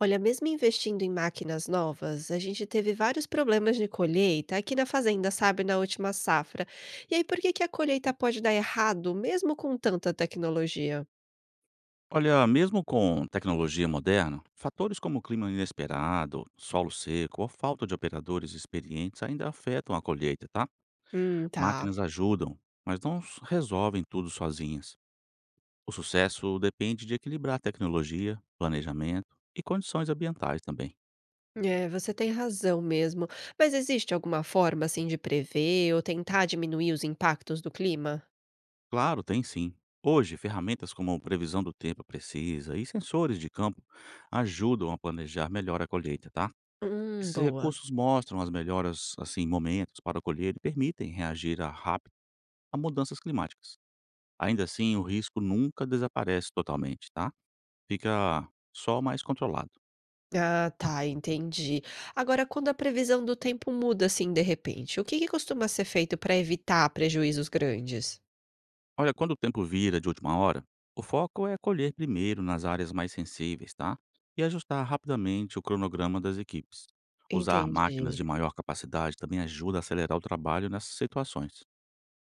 Olha, mesmo investindo em máquinas novas, a gente teve vários problemas de colheita aqui na fazenda, sabe, na última safra. E aí, por que que a colheita pode dar errado, mesmo com tanta tecnologia? Olha, mesmo com tecnologia moderna, fatores como clima inesperado, solo seco ou falta de operadores experientes ainda afetam a colheita, tá? Tá. Máquinas ajudam, mas não s- resolvem tudo sozinhas. O sucesso depende de equilibrar tecnologia, planejamento e condições ambientais também. É, você tem razão mesmo. Mas existe alguma forma, assim, de prever ou tentar diminuir os impactos do clima? Claro, tem sim. Hoje, ferramentas como previsão do tempo precisa e sensores de campo ajudam a planejar melhor a colheita, tá? Esses Boa. recursos mostram as melhoras, assim, momentos para colher e permitem reagir a rápido a mudanças climáticas. Ainda assim, o risco nunca desaparece totalmente, tá? Fica só mais controlado. Ah, tá, entendi. Agora, quando a previsão do tempo muda assim de repente, o que que costuma ser feito para evitar prejuízos grandes? Olha, quando o tempo vira de última hora, o foco é colher primeiro nas áreas mais sensíveis, tá? E ajustar rapidamente o cronograma das equipes. Usar máquinas de Entendi. maior capacidade também ajuda a acelerar o trabalho nessas situações.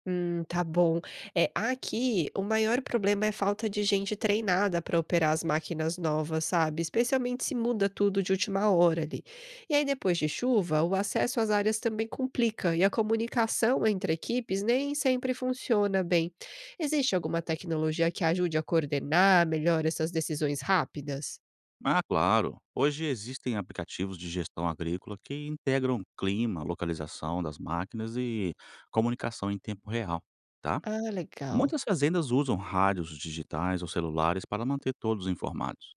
Tá bom. É, aqui o maior problema é falta de gente treinada para operar as máquinas novas, sabe? Especialmente se muda tudo de última hora ali. E aí, depois de chuva, o acesso às áreas também complica e a comunicação entre equipes nem sempre funciona bem. Existe alguma tecnologia que ajude a coordenar melhor essas decisões rápidas? Ah, claro. Hoje existem aplicativos de gestão agrícola que integram clima, localização das máquinas e comunicação em tempo real, tá? Ah, legal. Muitas fazendas usam rádios digitais ou celulares para manter todos informados.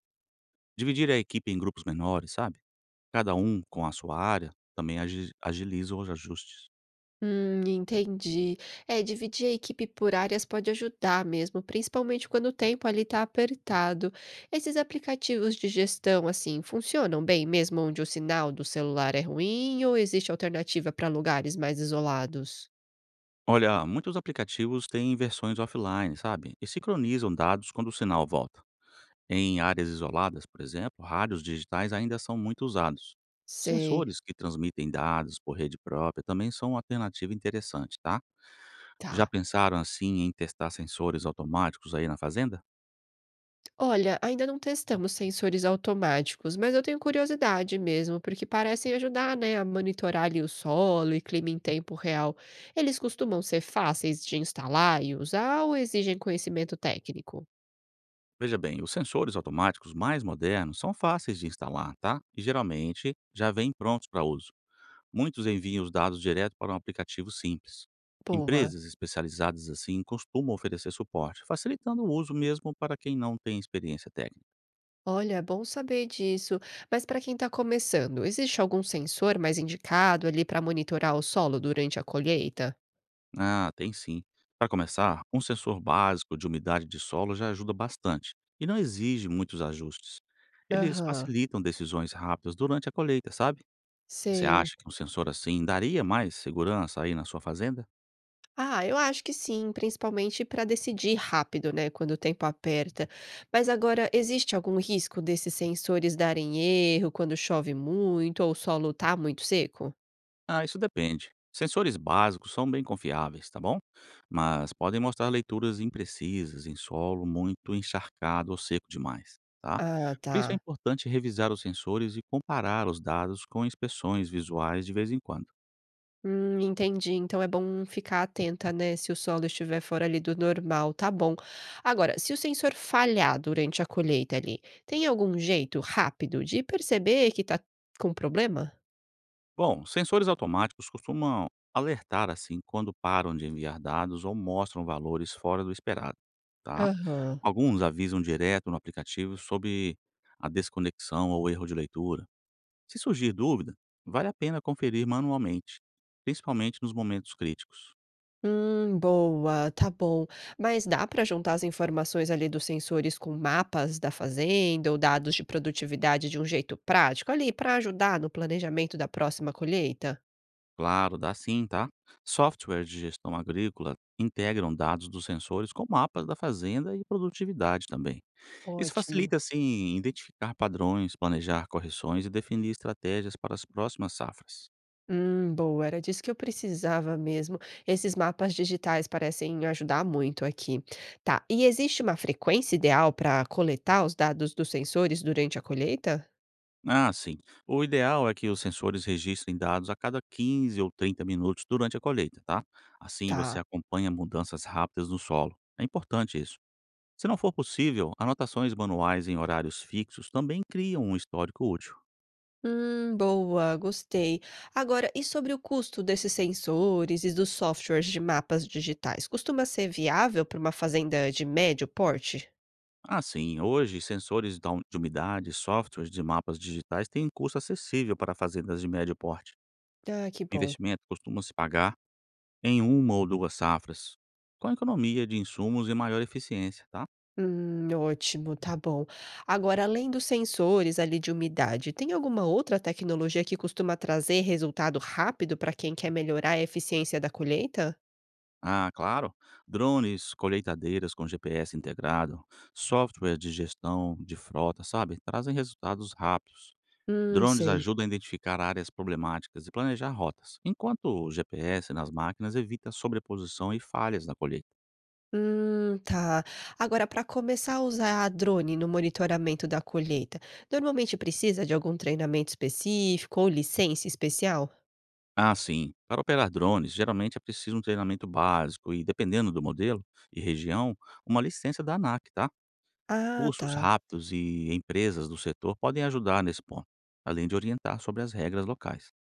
Dividir a equipe em grupos menores, sabe? Cada um com a sua área também agiliza os ajustes. Entendi. É, dividir a equipe por áreas pode ajudar mesmo, principalmente quando o tempo ali está apertado. Esses aplicativos de gestão, assim, funcionam bem mesmo onde o sinal do celular é ruim ou existe alternativa para lugares mais isolados? Olha, muitos aplicativos têm versões offline, sabe? E sincronizam dados quando o sinal volta. Em áreas isoladas, por exemplo, rádios digitais ainda são muito usados. Sei, Sensores que transmitem dados por rede própria também são uma alternativa interessante, tá? Já tá. pensaram assim em testar sensores automáticos aí na fazenda? Olha, ainda não testamos sensores automáticos, mas eu tenho curiosidade mesmo, porque parecem ajudar, né, a monitorar ali o solo e clima em tempo real. Eles costumam ser fáceis de instalar e usar ou exigem conhecimento técnico? Veja bem, os sensores automáticos mais modernos são fáceis de instalar, tá? E geralmente já vêm prontos para uso. Muitos enviam os dados direto para um aplicativo simples. Boa. Empresas especializadas assim costumam oferecer suporte, facilitando o uso mesmo para quem não tem experiência técnica. Olha, é bom saber disso. Mas para quem está começando, existe algum sensor mais indicado ali para monitorar o solo durante a colheita? Ah, tem sim. Para começar, um sensor básico de umidade de solo já ajuda bastante e não exige muitos ajustes. Eles Aham, facilitam decisões rápidas durante a colheita, sabe? Você sei. acha que um sensor assim daria mais segurança aí na sua fazenda? Ah, eu acho que sim, principalmente para decidir rápido, né, quando o tempo aperta. Mas agora, existe algum risco desses sensores darem erro quando chove muito ou o solo tá muito seco? Ah, isso depende. Sensores básicos são bem confiáveis, tá bom? Mas podem mostrar leituras imprecisas em solo muito encharcado ou seco demais, tá? Ah, Por isso é tá. importante revisar os sensores e comparar os dados com inspeções visuais de vez em quando. Entendi. Então é bom ficar atenta, né, se o solo estiver fora ali do normal, tá bom. Agora, se o sensor falhar durante a colheita ali, tem algum jeito rápido de perceber que tá com problema? Bom, sensores automáticos costumam alertar assim quando param de enviar dados ou mostram valores fora do esperado, tá? Aham. Alguns avisam direto no aplicativo sobre a desconexão ou erro de leitura. Se surgir dúvida, vale a pena conferir manualmente, principalmente nos momentos críticos. Boa, tá bom. Mas dá para juntar as informações ali dos sensores com mapas da fazenda ou dados de produtividade de um jeito prático ali para ajudar no planejamento da próxima colheita? Claro, dá sim, tá? Softwares de gestão agrícola integram dados dos sensores com mapas da fazenda e produtividade também. Isso Ótimo. facilita, assim, identificar padrões, planejar correções e definir estratégias para as próximas safras. Boa, era disso que eu precisava mesmo. Esses mapas digitais parecem ajudar muito aqui. Tá, e existe uma frequência ideal para coletar os dados dos sensores durante a colheita? Ah, sim. O ideal é que os sensores registrem dados a cada 15 ou 30 minutos durante a colheita, tá? Assim Tá. você acompanha mudanças rápidas no solo. É importante isso. Se não for possível, anotações manuais em horários fixos também criam um histórico útil. Boa, gostei. Agora, e sobre o custo desses sensores e dos softwares de mapas digitais? Costuma ser viável para uma fazenda de médio porte? Ah, sim. Hoje, sensores de umidade e softwares de mapas digitais têm um custo acessível para fazendas de médio porte. Ah, que O bom. investimento costuma se pagar em uma ou duas safras, com economia de insumos e maior eficiência, tá? Ótimo, tá bom. Agora, além dos sensores ali de umidade, tem alguma outra tecnologia que costuma trazer resultado rápido para quem quer melhorar a eficiência da colheita? Ah, claro, drones, colheitadeiras com GPS integrado, software de gestão de frota, sabe? Trazem resultados rápidos. Drones Sei. ajudam a identificar áreas problemáticas e planejar rotas, enquanto o GPS nas máquinas evita sobreposição e falhas na colheita. Tá. Agora, para começar a usar a drone no monitoramento da colheita, normalmente precisa de algum treinamento específico ou licença especial? Ah, sim. Para operar drones, geralmente é preciso um treinamento básico e, dependendo do modelo e região, uma licença da ANAC, tá? Ah, tá. Cursos rápidos e empresas do setor podem ajudar nesse ponto, além de orientar sobre as regras locais.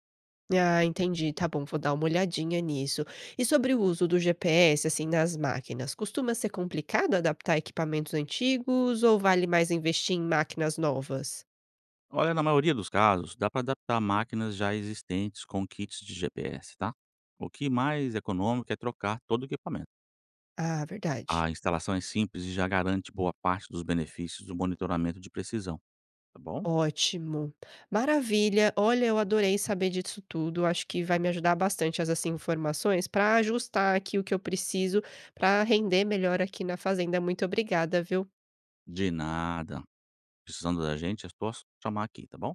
Ah, entendi. Tá bom, vou dar uma olhadinha nisso. E sobre o uso do GPS, assim, nas máquinas, costuma ser complicado adaptar equipamentos antigos ou vale mais investir em máquinas novas? Olha, na maioria dos casos, dá para adaptar máquinas já existentes com kits de GPS, tá? O que mais econômico é trocar todo o equipamento. Ah, verdade. A instalação é simples e já garante boa parte dos benefícios do monitoramento de precisão, tá bom? Ótimo, maravilha. Olha, eu adorei saber disso tudo, acho que vai me ajudar bastante essas informações para ajustar aqui o que eu preciso para render melhor aqui na fazenda. Muito obrigada, viu? De nada. Precisando da gente, é só chamar aqui, tá bom?